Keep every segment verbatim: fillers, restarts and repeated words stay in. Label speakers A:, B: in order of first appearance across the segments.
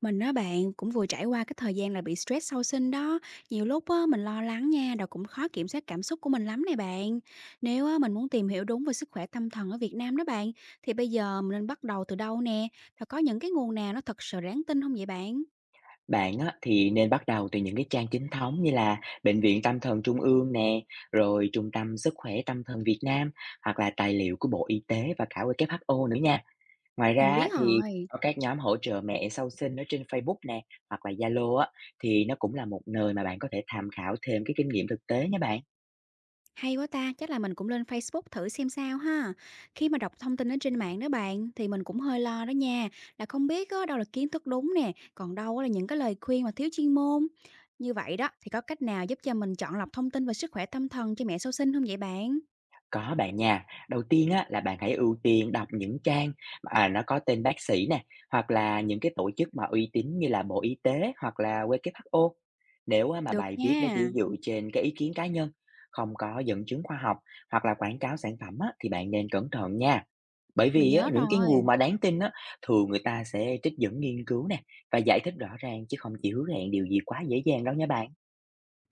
A: Mình á bạn cũng vừa trải qua cái thời gian là bị stress sau sinh đó, nhiều lúc á mình lo lắng nha, rồi cũng khó kiểm soát cảm xúc của mình lắm này bạn. Nếu á mình muốn tìm hiểu đúng về sức khỏe tâm thần ở Việt Nam đó bạn, thì bây giờ mình nên bắt đầu từ đâu nè? Và có những cái nguồn nào nó thật sự đáng tin không vậy bạn?
B: Bạn á, thì nên bắt đầu từ những cái trang chính thống như là Bệnh viện Tâm thần Trung ương nè, rồi Trung tâm Sức khỏe Tâm thần Việt Nam hoặc là tài liệu của Bộ Y tế và cả vê kép hát o nữa nha. Ngoài ra
A: Mình biết
B: á, thì
A: rồi.
B: có các nhóm hỗ trợ mẹ sau sinh ở trên Facebook nè hoặc là Zalo á thì nó cũng là một nơi mà bạn có thể tham khảo thêm cái kinh nghiệm thực tế nha bạn.
A: Hay quá ta, chắc là mình cũng lên Facebook thử xem sao ha. Khi mà đọc thông tin ở trên mạng đó bạn thì mình cũng hơi lo đó nha, là không biết á, đâu là kiến thức đúng nè, còn đâu á là những cái lời khuyên mà thiếu chuyên môn. Như vậy đó thì có cách nào giúp cho mình chọn lọc thông tin về sức khỏe tâm thần cho mẹ sau sinh không vậy bạn?
B: Có bạn nha. Đầu tiên á, là bạn hãy ưu tiên đọc những trang mà à, nó có tên bác sĩ nè, hoặc là những cái tổ chức mà uy tín như là Bộ Y tế hoặc là vê kép hát o. Nếu á, mà
A: Được
B: bài viết nó chỉ
A: nha,
B: dựa trên cái ý kiến cá nhân, không có dẫn chứng khoa học hoặc là quảng cáo sản phẩm á, thì bạn nên cẩn thận nha. Bởi
A: mình
B: vì á,
A: nhớ
B: những cái nguồn
A: rồi.
B: mà đáng tin á, thường người ta sẽ trích dẫn nghiên cứu nè và giải thích rõ ràng chứ không chỉ hứa hẹn điều gì quá dễ dàng đâu nha bạn.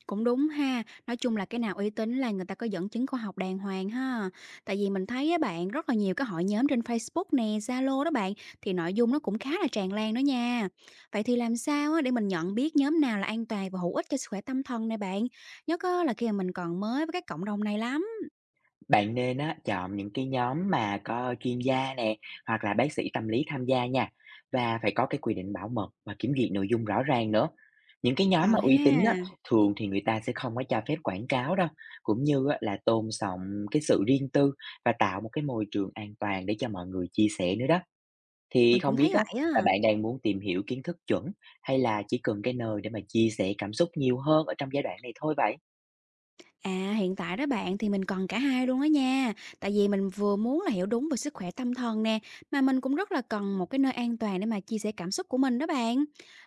A: Cũng đúng ha, nói chung là cái nào uy tín là người ta có dẫn chứng khoa học đàng hoàng ha. Tại vì mình thấy á bạn, rất là nhiều cái hội nhóm trên Facebook nè, Zalo đó bạn, thì nội dung nó cũng khá là tràn lan đó nha. Vậy thì làm sao á để mình nhận biết nhóm nào là an toàn và hữu ích cho sức khỏe tâm thần này bạn? Nhớ có là khi mà mình còn mới với các cộng đồng này lắm.
B: Bạn nên á, chọn những cái nhóm mà có chuyên gia nè, hoặc là bác sĩ tâm lý tham gia nha, và phải có cái quy định bảo mật và kiểm duyệt nội dung rõ ràng nữa. Những cái nhóm
A: Ờ
B: mà
A: ha,
B: uy tín á, thường thì người ta sẽ không có cho phép quảng cáo đâu, cũng như á, là tôn trọng cái sự riêng tư và tạo một cái môi trường an toàn để cho mọi người chia sẻ nữa đó. Thì
A: mình cũng
B: không biết
A: thấy
B: á,
A: vậy
B: là
A: á.
B: bạn đang muốn tìm hiểu kiến thức chuẩn hay là chỉ cần cái nơi để mà chia sẻ cảm xúc nhiều hơn ở trong giai đoạn này thôi vậy?
A: À, hiện tại đó bạn thì mình còn cả hai luôn đó nha. Tại vì mình vừa muốn là hiểu đúng về sức khỏe tâm thần nè, mà mình cũng rất là cần một cái nơi an toàn để mà chia sẻ cảm xúc của mình đó bạn.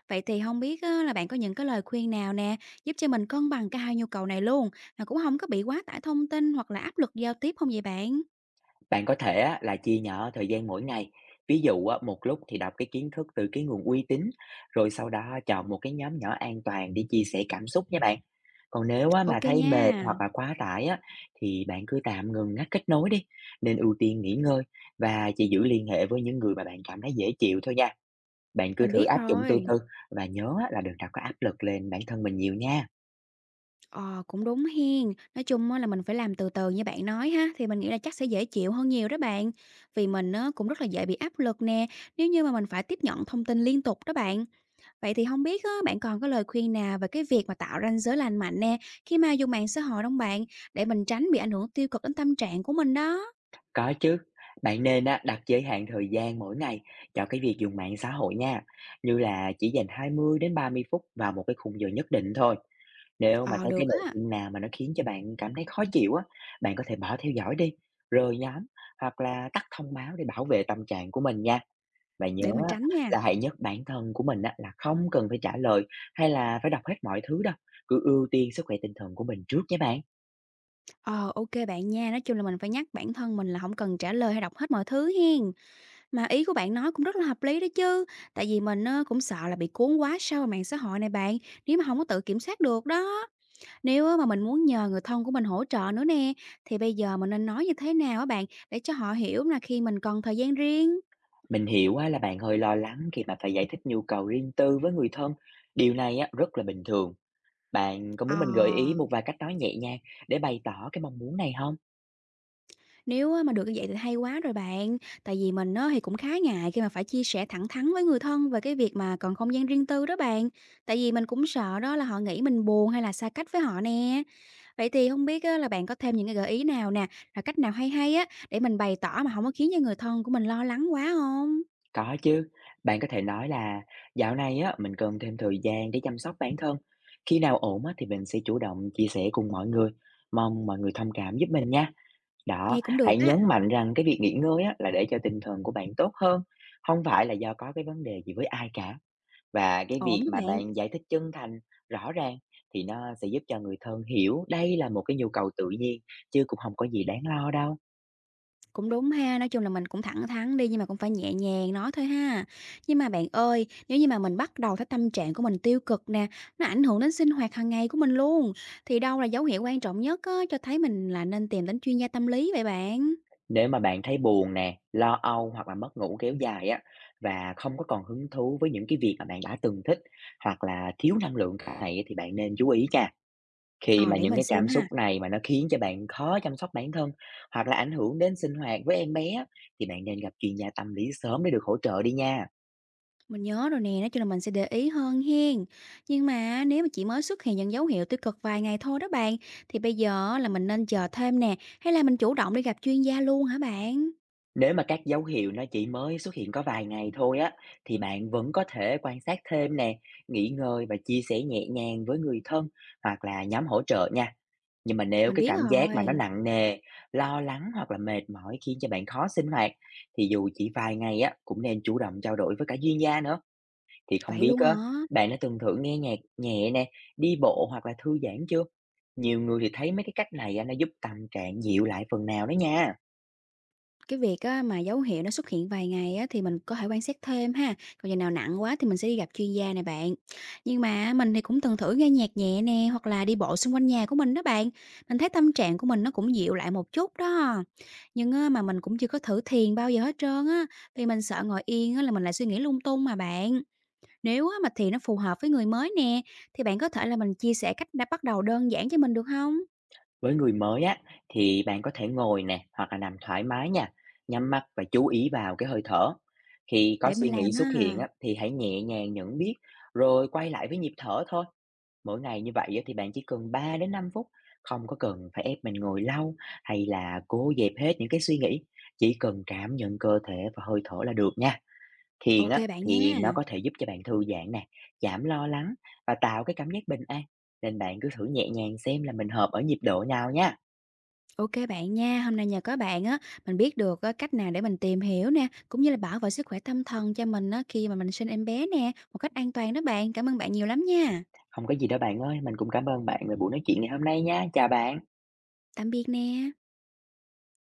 A: Vậy thì không biết á, là bạn có những cái lời khuyên nào nè, giúp cho mình cân bằng cả hai nhu cầu này luôn, mà cũng không có bị quá tải thông tin hoặc là áp lực giao tiếp không vậy bạn?
B: Bạn có thể á, là chia nhỏ thời gian mỗi ngày. Ví dụ á, một lúc thì đọc cái kiến thức từ cái nguồn uy tín, rồi sau đó chọn một cái nhóm nhỏ an toàn để chia sẻ cảm xúc nha bạn. Còn nếu á, mà
A: Ok
B: thấy
A: nha,
B: mệt hoặc là quá tải á, thì bạn cứ tạm ngừng ngắt kết nối đi. Nên ưu tiên nghỉ ngơi và chỉ giữ liên hệ với những người mà bạn cảm thấy dễ chịu thôi nha. Bạn cứ
A: mình
B: thử
A: biết
B: áp dụng từ
A: rồi.
B: từ và nhớ á, là đừng đặt cái áp lực lên bản thân mình nhiều nha.
A: Ờ, cũng đúng hen. Nói chung á là mình phải làm từ từ như bạn nói ha, thì mình nghĩ là chắc sẽ dễ chịu hơn nhiều đó bạn. Vì mình á, cũng rất là dễ bị áp lực nè, nếu như mà mình phải tiếp nhận thông tin liên tục đó bạn. Vậy thì không biết á, bạn còn có lời khuyên nào về cái việc mà tạo ranh giới lành mạnh nè, khi mà dùng mạng xã hội không bạn, để mình tránh bị ảnh hưởng tiêu cực đến tâm trạng của mình đó.
B: Có chứ, bạn nên á, đặt giới hạn thời gian mỗi ngày cho cái việc dùng mạng xã hội nha, như là chỉ dành hai mươi đến ba mươi phút vào một cái khung giờ nhất định thôi. Nếu mà
A: Ờ,
B: thấy
A: được
B: cái nội
A: á,
B: dung nào mà nó khiến cho bạn cảm thấy khó chịu á, bạn có thể bỏ theo dõi đi, rời nhóm hoặc là tắt thông báo để bảo vệ tâm trạng của mình nha. Và nhớ
A: để mình
B: á,
A: tránh nha.
B: là hãy nhắc bản thân của mình á, là không cần phải trả lời hay là phải đọc hết mọi thứ đâu, cứ ưu tiên sức khỏe tinh thần của mình trước nhé bạn.
A: Ờ, ok bạn nha, nói chung là mình phải nhắc bản thân mình là không cần trả lời hay đọc hết mọi thứ hen. Mà ý của bạn nói cũng rất là hợp lý đó chứ, tại vì mình á, cũng sợ là bị cuốn quá sâu vào mạng xã hội này bạn, nếu mà không có tự kiểm soát được đó. Nếu á, mà mình muốn nhờ người thân của mình hỗ trợ nữa nè, thì bây giờ mình nên nói như thế nào á bạn, để cho họ hiểu là khi mình cần thời gian riêng?
B: Mình hiểu á, là bạn hơi lo lắng khi mà phải giải thích nhu cầu riêng tư với người thân. Điều này á, rất là bình thường. Bạn có
A: Ờ,
B: muốn mình gợi ý một vài cách nói nhẹ nhàng để bày tỏ cái mong muốn này không?
A: nếu á, mà được như vậy thì hay quá rồi bạn, tại vì mình á, thì cũng khá ngại khi mà phải chia sẻ thẳng thắn với người thân về cái việc mà cần không gian riêng tư đó bạn, tại vì mình cũng sợ đó là họ nghĩ mình buồn hay là xa cách với họ nè. Vậy thì không biết á là bạn có thêm những cái gợi ý nào nè, là cách nào hay hay á, để mình bày tỏ mà không có khiến cho người thân của mình lo lắng quá không?
B: Có chứ. Bạn có thể nói là dạo này á, mình cần thêm thời gian để chăm sóc bản thân. Khi nào ổn á, thì mình sẽ chủ động chia sẻ cùng mọi người. Mong mọi người thông cảm giúp mình nha. Đó,
A: Nghe cũng được
B: hãy
A: á,
B: nhấn mạnh rằng cái việc nghỉ ngơi á, là để cho tinh thần của bạn tốt hơn. Không phải là do có cái vấn đề gì với ai cả. Và cái
A: ổn
B: việc
A: đó
B: mà
A: bạn,
B: bạn giải thích chân thành, rõ ràng thì nó sẽ giúp cho người thân hiểu đây là một cái nhu cầu tự nhiên, chứ cũng không có gì đáng lo đâu.
A: cũng đúng ha, nói chung là mình cũng thẳng thắn đi nhưng mà cũng phải nhẹ nhàng nói thôi ha. Nhưng mà bạn ơi, nếu như mà mình bắt đầu thấy tâm trạng của mình tiêu cực nè, nó ảnh hưởng đến sinh hoạt hàng ngày của mình luôn, thì đâu là dấu hiệu quan trọng nhất á, cho thấy mình là nên tìm đến chuyên gia tâm lý vậy bạn?
B: Nếu mà bạn thấy buồn nè, lo âu hoặc là mất ngủ kéo dài á, và không có còn hứng thú với những cái việc mà bạn đã từng thích, hoặc là thiếu năng lượng cả ngày á thì bạn nên chú ý nha. Khi
A: Ờ,
B: mà
A: để
B: những
A: mình
B: cái
A: xem
B: cảm
A: ha.
B: xúc này mà nó khiến cho bạn khó chăm sóc bản thân, hoặc là ảnh hưởng đến sinh hoạt với em bé á, thì bạn nên gặp chuyên gia tâm lý sớm để được hỗ trợ đi nha.
A: Mình nhớ rồi nè, nói chung là mình sẽ để ý hơn hen. Nhưng mà nếu mà chỉ mới xuất hiện những dấu hiệu tiêu cực vài ngày thôi đó bạn, thì bây giờ là mình nên chờ thêm nè, hay là mình chủ động đi gặp chuyên gia luôn hả bạn?
B: Nếu mà các dấu hiệu nó chỉ mới xuất hiện có vài ngày thôi á, thì bạn vẫn có thể quan sát thêm nè, nghỉ ngơi và chia sẻ nhẹ nhàng với người thân hoặc là nhóm hỗ trợ nha. Nhưng mà nếu
A: Mình
B: cái
A: biết
B: cảm giác mà nó
A: rồi.
B: nặng nề, lo lắng hoặc là mệt mỏi khiến cho bạn khó sinh hoạt, thì dù chỉ vài ngày á, cũng nên chủ động trao đổi với cả chuyên gia nữa. Thì không
A: Vậy
B: biết
A: luôn hả?
B: á, bạn đã từng thử nghe nhạc nhẹ nè, đi bộ hoặc là thư giãn chưa? Nhiều người thì thấy mấy cái cách này á, nó giúp tâm trạng dịu lại phần nào đó nha.
A: Cái việc á, mà dấu hiệu nó xuất hiện vài ngày á, thì mình có thể quan sát thêm ha. Còn giờ nào nặng quá thì mình sẽ đi gặp chuyên gia này bạn. Nhưng mà mình thì cũng từng thử nghe nhạc nhẹ nè hoặc là đi bộ xung quanh nhà của mình đó bạn. Mình thấy tâm trạng của mình nó cũng dịu lại một chút đó. Nhưng á, mà mình cũng chưa có thử thiền bao giờ hết trơn á. Vì mình sợ ngồi yên á, là mình lại suy nghĩ lung tung mà bạn. Nếu á, mà thiền nó phù hợp với người mới nè thì bạn có thể là mình chia sẻ cách đã bắt đầu đơn giản cho mình được không?
B: Với người mới á, thì bạn có thể ngồi nè, hoặc là nằm thoải mái nha, nhắm mắt và chú ý vào cái hơi thở. Khi có
A: Để
B: suy
A: mình
B: nghĩ
A: làm
B: xuất hiện
A: ha.
B: á, thì hãy nhẹ nhàng nhận biết, rồi quay lại với nhịp thở thôi. Mỗi ngày như vậy á, thì bạn chỉ cần ba đến năm phút, không có cần phải ép mình ngồi lâu hay là cố dẹp hết những cái suy nghĩ. Chỉ cần cảm nhận cơ thể và hơi thở là được nha. Thiền
A: Ok
B: á,
A: bạn
B: thì
A: nha.
B: nó có thể giúp cho bạn thư giãn nè, giảm lo lắng và tạo cái cảm giác bình an. Nên bạn cứ thử nhẹ nhàng xem là mình hợp ở nhịp độ nào nha.
A: OK bạn nha, hôm nay nhờ có bạn á, mình biết được á, cách nào để mình tìm hiểu nè, cũng như là bảo vệ sức khỏe tâm thần cho mình á, khi mà mình sinh em bé nè, một cách an toàn đó bạn. Cảm ơn bạn nhiều lắm nha.
B: Không có gì đâu bạn ơi, mình cũng cảm ơn bạn về buổi nói chuyện ngày hôm nay nha. Chào bạn.
A: Tạm biệt nè.